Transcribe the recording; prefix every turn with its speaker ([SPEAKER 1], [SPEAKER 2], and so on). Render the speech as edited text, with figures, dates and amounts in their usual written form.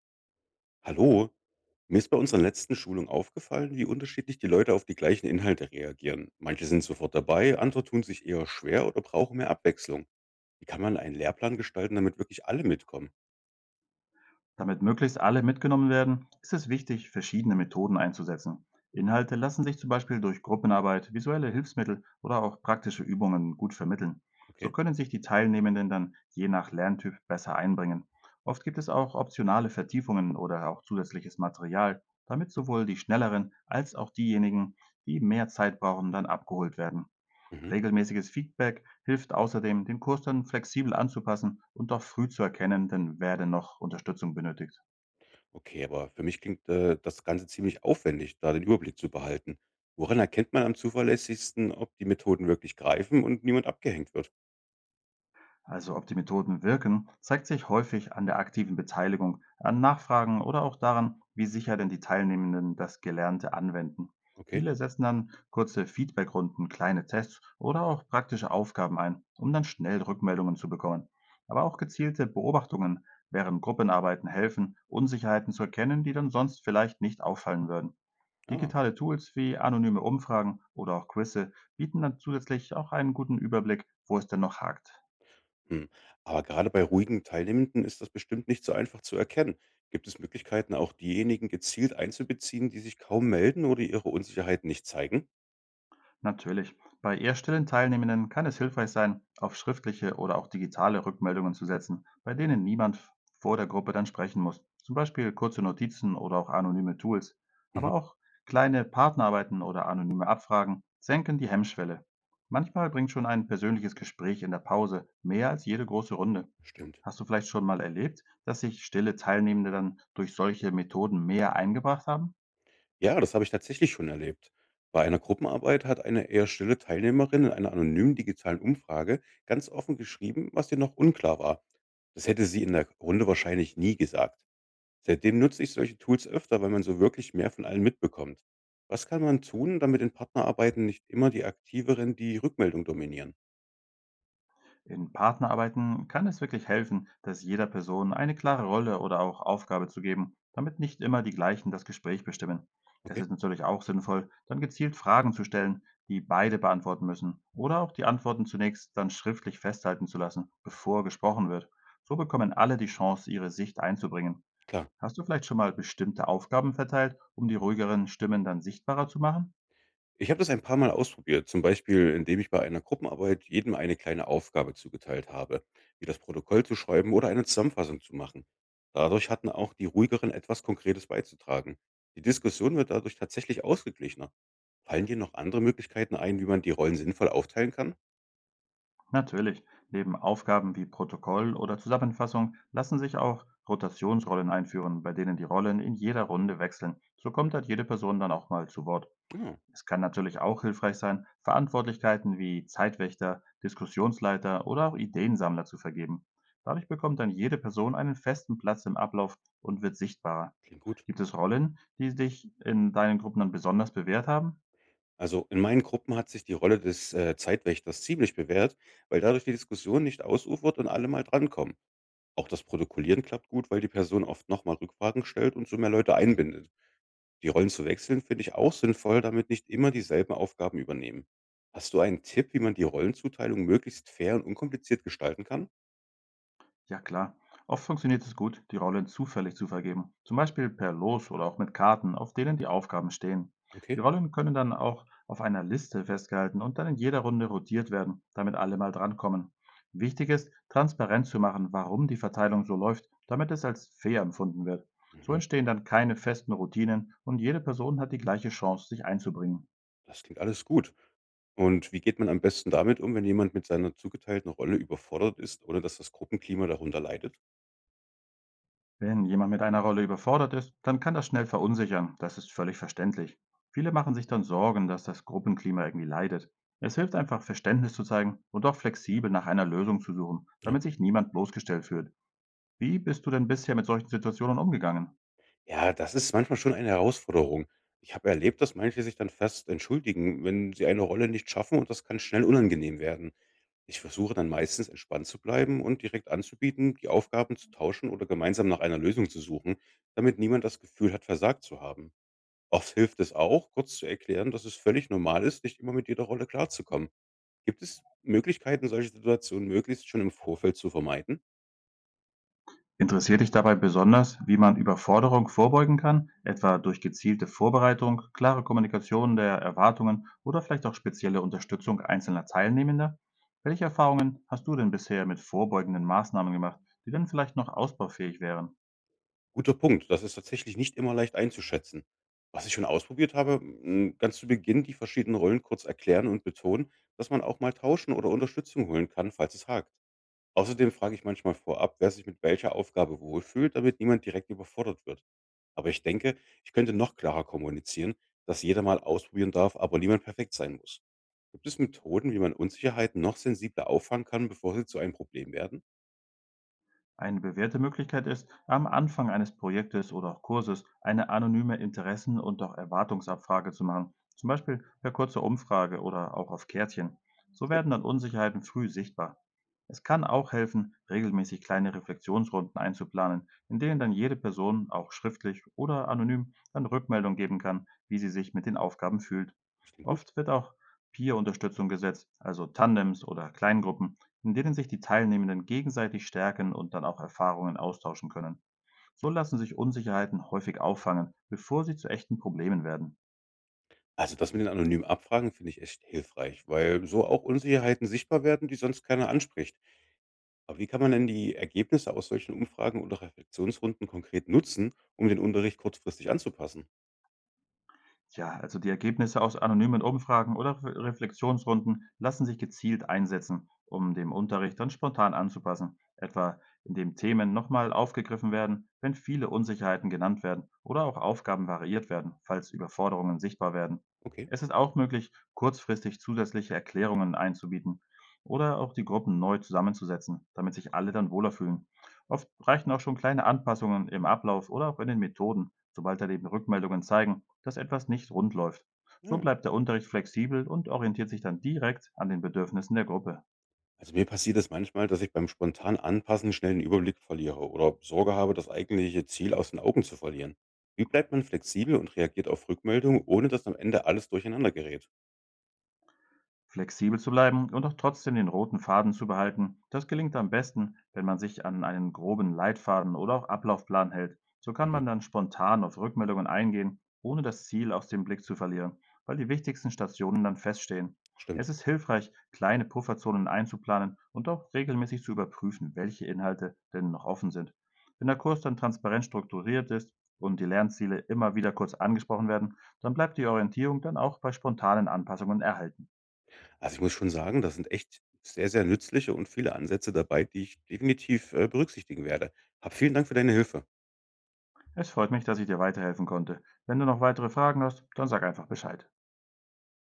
[SPEAKER 1] Hallo, mir ist bei unserer letzten Schulung aufgefallen, wie unterschiedlich die Leute auf die gleichen Inhalte reagieren. Manche sind sofort dabei, andere tun sich eher schwer oder brauchen mehr Abwechslung. Wie kann man einen Lehrplan gestalten, damit wirklich alle mitkommen?
[SPEAKER 2] Damit möglichst alle mitgenommen werden, ist es wichtig, verschiedene Methoden einzusetzen. Inhalte lassen sich zum Beispiel durch Gruppenarbeit, visuelle Hilfsmittel oder auch praktische Übungen gut vermitteln. So
[SPEAKER 1] Okay?
[SPEAKER 2] können sich die Teilnehmenden dann je nach Lerntyp besser einbringen. Oft gibt es auch optionale Vertiefungen oder auch zusätzliches Material, damit sowohl die Schnelleren als auch diejenigen, die mehr Zeit brauchen, dann abgeholt werden.
[SPEAKER 1] Mhm.
[SPEAKER 2] Regelmäßiges Feedback hilft außerdem, den Kurs dann flexibel anzupassen und auch früh zu erkennen, denn wer denn noch Unterstützung benötigt.
[SPEAKER 1] Okay, aber für mich klingt das Ganze ziemlich aufwendig, da den Überblick zu behalten. Woran erkennt man am zuverlässigsten, ob die Methoden wirklich greifen und niemand abgehängt wird?
[SPEAKER 2] Also ob die Methoden wirken, zeigt sich häufig an der aktiven Beteiligung, an Nachfragen oder auch daran, wie sicher denn die Teilnehmenden das Gelernte anwenden.
[SPEAKER 1] Okay.
[SPEAKER 2] Viele setzen dann kurze Feedbackrunden, kleine Tests oder auch praktische Aufgaben ein, um dann schnell Rückmeldungen zu bekommen. Aber auch gezielte Beobachtungen während Gruppenarbeiten helfen, Unsicherheiten zu erkennen, die dann sonst vielleicht nicht auffallen würden.
[SPEAKER 1] Ah.
[SPEAKER 2] Digitale Tools wie anonyme Umfragen oder auch Quizze bieten dann zusätzlich auch einen guten Überblick, wo es denn noch hakt.
[SPEAKER 1] Hm. Aber gerade bei ruhigen Teilnehmenden ist das bestimmt nicht so einfach zu erkennen. Gibt es Möglichkeiten, auch diejenigen gezielt einzubeziehen, die sich kaum melden oder ihre Unsicherheit nicht zeigen?
[SPEAKER 2] Natürlich. Bei eher stillen Teilnehmenden kann es hilfreich sein, auf schriftliche oder auch digitale Rückmeldungen zu setzen, bei denen niemand vor der Gruppe dann sprechen muss. Zum Beispiel kurze Notizen oder auch anonyme Tools.
[SPEAKER 1] Mhm.
[SPEAKER 2] Aber auch kleine Partnerarbeiten oder anonyme Abfragen senken die Hemmschwelle. Manchmal bringt schon ein persönliches Gespräch in der Pause mehr als jede große Runde.
[SPEAKER 1] Stimmt.
[SPEAKER 2] Hast du vielleicht schon mal erlebt, dass sich stille Teilnehmende dann durch solche Methoden mehr eingebracht haben?
[SPEAKER 1] Ja, das habe ich tatsächlich schon erlebt. Bei einer Gruppenarbeit hat eine eher stille Teilnehmerin in einer anonymen digitalen Umfrage ganz offen geschrieben, was ihr noch unklar war. Das hätte sie in der Runde wahrscheinlich nie gesagt. Seitdem nutze ich solche Tools öfter, weil man so wirklich mehr von allen mitbekommt. Was kann man tun, damit in Partnerarbeiten nicht immer die Aktiveren die Rückmeldung dominieren?
[SPEAKER 2] In Partnerarbeiten kann es wirklich helfen, dass jeder Person eine klare Rolle oder auch Aufgabe zu geben, damit nicht immer die gleichen das Gespräch bestimmen. Es
[SPEAKER 1] Okay,
[SPEAKER 2] ist natürlich auch sinnvoll, dann gezielt Fragen zu stellen, die beide beantworten müssen, oder auch die Antworten zunächst dann schriftlich festhalten zu lassen, bevor gesprochen wird. So bekommen alle die Chance, ihre Sicht einzubringen.
[SPEAKER 1] klar.
[SPEAKER 2] Hast du vielleicht schon mal bestimmte Aufgaben verteilt, um die ruhigeren Stimmen dann sichtbarer zu machen?
[SPEAKER 1] Ich habe das ein paar Mal ausprobiert, zum Beispiel indem ich bei einer Gruppenarbeit jedem eine kleine Aufgabe zugeteilt habe, wie das Protokoll zu schreiben oder eine Zusammenfassung zu machen. Dadurch hatten auch die ruhigeren etwas Konkretes beizutragen. Die Diskussion wird dadurch tatsächlich ausgeglichener. Fallen dir noch andere Möglichkeiten ein, wie man die Rollen sinnvoll aufteilen kann?
[SPEAKER 2] Natürlich, neben Aufgaben wie Protokoll oder Zusammenfassung lassen sich auch Rotationsrollen einführen, bei denen die Rollen in jeder Runde wechseln. So kommt halt jede Person dann auch mal zu Wort.
[SPEAKER 1] Ah,
[SPEAKER 2] Es kann natürlich auch hilfreich sein, Verantwortlichkeiten wie Zeitwächter, Diskussionsleiter oder auch Ideensammler zu vergeben. Dadurch bekommt dann jede Person einen festen Platz im Ablauf und wird sichtbarer.
[SPEAKER 1] klingt gut.
[SPEAKER 2] Gibt es Rollen, die sich in deinen Gruppen dann besonders bewährt haben?
[SPEAKER 1] Also in meinen Gruppen hat sich die Rolle des Zeitwächters ziemlich bewährt, weil dadurch die Diskussion nicht ausufert und alle mal drankommen. Auch das Protokollieren klappt gut, weil die Person oft nochmal Rückfragen stellt und so mehr Leute einbindet. Die Rollen zu wechseln finde ich auch sinnvoll, damit nicht immer dieselben Aufgaben übernehmen. Hast du einen Tipp, wie man die Rollenzuteilung möglichst fair und unkompliziert gestalten kann?
[SPEAKER 2] Ja klar, oft funktioniert es gut, die Rollen zufällig zu vergeben, zum Beispiel per Los oder auch mit Karten, auf denen die Aufgaben stehen. Die
[SPEAKER 1] Okay,
[SPEAKER 2] Rollen können dann auch auf einer Liste festgehalten und dann in jeder Runde rotiert werden, damit alle mal drankommen. Wichtig ist, transparent zu machen, warum die Verteilung so läuft, damit es als fair empfunden wird. So
[SPEAKER 1] mhm.
[SPEAKER 2] entstehen dann keine festen Routinen und jede Person hat die gleiche Chance, sich einzubringen.
[SPEAKER 1] Das klingt alles gut. Und wie geht man am besten damit um, wenn jemand mit seiner zugeteilten Rolle überfordert ist, ohne dass das Gruppenklima darunter leidet?
[SPEAKER 2] Wenn jemand mit einer Rolle überfordert ist, dann kann das schnell verunsichern. Das ist völlig verständlich. Viele machen sich dann Sorgen, dass das Gruppenklima irgendwie leidet. Es hilft einfach, Verständnis zu zeigen und auch flexibel nach einer Lösung zu suchen,
[SPEAKER 1] Ja.
[SPEAKER 2] damit sich niemand bloßgestellt fühlt. Wie bist du denn bisher mit solchen Situationen umgegangen?
[SPEAKER 1] Ja, das ist manchmal schon eine Herausforderung. Ich habe erlebt, dass manche sich dann fast entschuldigen, wenn sie eine Rolle nicht schaffen, und das kann schnell unangenehm werden. Ich versuche dann meistens entspannt zu bleiben und direkt anzubieten, die Aufgaben zu tauschen oder gemeinsam nach einer Lösung zu suchen, damit niemand das Gefühl hat, versagt zu haben. Oft hilft es auch, kurz zu erklären, dass es völlig normal ist, nicht immer mit jeder Rolle klarzukommen. Gibt es Möglichkeiten, solche Situationen möglichst schon im Vorfeld zu vermeiden?
[SPEAKER 2] Interessiert dich dabei besonders, wie man Überforderung vorbeugen kann, etwa durch gezielte Vorbereitung, klare Kommunikation der Erwartungen oder vielleicht auch spezielle Unterstützung einzelner Teilnehmender? Welche Erfahrungen hast du denn bisher mit vorbeugenden Maßnahmen gemacht, die dann vielleicht noch ausbaufähig wären?
[SPEAKER 1] Guter Punkt. Das ist tatsächlich nicht immer leicht einzuschätzen. Was ich schon ausprobiert habe, ganz zu Beginn die verschiedenen Rollen kurz erklären und betonen, dass man auch mal tauschen oder Unterstützung holen kann, falls es hakt. Außerdem frage ich manchmal vorab, wer sich mit welcher Aufgabe wohlfühlt, damit niemand direkt überfordert wird. Aber ich denke, ich könnte noch klarer kommunizieren, dass jeder mal ausprobieren darf, aber niemand perfekt sein muss. Gibt es Methoden, wie man Unsicherheiten noch sensibler auffangen kann, bevor sie zu einem Problem werden?
[SPEAKER 2] Eine bewährte Möglichkeit ist, am Anfang eines Projektes oder auch Kurses eine anonyme Interessen- und auch Erwartungsabfrage zu machen, zum Beispiel per kurzer Umfrage oder auch auf Kärtchen. So
[SPEAKER 1] Stimmt,
[SPEAKER 2] werden dann Unsicherheiten früh sichtbar. Es kann auch helfen, regelmäßig kleine Reflexionsrunden einzuplanen, in denen dann jede Person auch schriftlich oder anonym dann Rückmeldung geben kann, wie sie sich mit den Aufgaben fühlt.
[SPEAKER 1] das klingt gut.
[SPEAKER 2] Oft wird auch Peer-Unterstützung gesetzt, also Tandems oder Kleingruppen, in denen sich die Teilnehmenden gegenseitig stärken und dann auch Erfahrungen austauschen können. So lassen sich Unsicherheiten häufig auffangen, bevor sie zu echten Problemen werden.
[SPEAKER 1] Also das mit den anonymen Abfragen finde ich echt hilfreich, weil so auch Unsicherheiten sichtbar werden, die sonst keiner anspricht. Aber wie kann man denn die Ergebnisse aus solchen Umfragen oder Reflexionsrunden konkret nutzen, um den Unterricht kurzfristig anzupassen?
[SPEAKER 2] Ja, also die Ergebnisse aus anonymen Umfragen oder Reflexionsrunden lassen sich gezielt einsetzen, um dem Unterricht dann spontan anzupassen, etwa indem Themen nochmal aufgegriffen werden, wenn viele Unsicherheiten genannt werden oder auch Aufgaben variiert werden, falls Überforderungen sichtbar werden.
[SPEAKER 1] Okay,
[SPEAKER 2] Es ist auch möglich, kurzfristig zusätzliche Erklärungen einzubieten oder auch die Gruppen neu zusammenzusetzen, damit sich alle dann wohler fühlen. Oft reichen auch schon kleine Anpassungen im Ablauf oder auch in den Methoden, sobald daneben Rückmeldungen zeigen, dass etwas nicht rund läuft. So
[SPEAKER 1] ja.
[SPEAKER 2] bleibt der Unterricht flexibel und orientiert sich dann direkt an den Bedürfnissen der Gruppe.
[SPEAKER 1] Also mir passiert es manchmal, dass ich beim spontan Anpassen schnell den Überblick verliere oder Sorge habe, das eigentliche Ziel aus den Augen zu verlieren. Wie bleibt man flexibel und reagiert auf Rückmeldungen, ohne dass am Ende alles durcheinander gerät?
[SPEAKER 2] Flexibel zu bleiben und auch trotzdem den roten Faden zu behalten, das gelingt am besten, wenn man sich an einen groben Leitfaden oder auch Ablaufplan hält. So kann
[SPEAKER 1] Mhm,
[SPEAKER 2] man dann spontan auf Rückmeldungen eingehen, ohne das Ziel aus dem Blick zu verlieren, weil die wichtigsten Stationen dann feststehen.
[SPEAKER 1] stimmt.
[SPEAKER 2] Es ist hilfreich, kleine Pufferzonen einzuplanen und auch regelmäßig zu überprüfen, welche Inhalte denn noch offen sind. Wenn der Kurs dann transparent strukturiert ist und die Lernziele immer wieder kurz angesprochen werden, dann bleibt die Orientierung dann auch bei spontanen Anpassungen erhalten.
[SPEAKER 1] Also, ich muss schon sagen, da sind echt sehr, sehr nützliche und viele Ansätze dabei, die ich definitiv berücksichtigen werde. Hab vielen Dank für deine Hilfe.
[SPEAKER 2] Es freut mich, dass ich dir weiterhelfen konnte. Wenn du noch weitere Fragen hast, dann sag einfach Bescheid.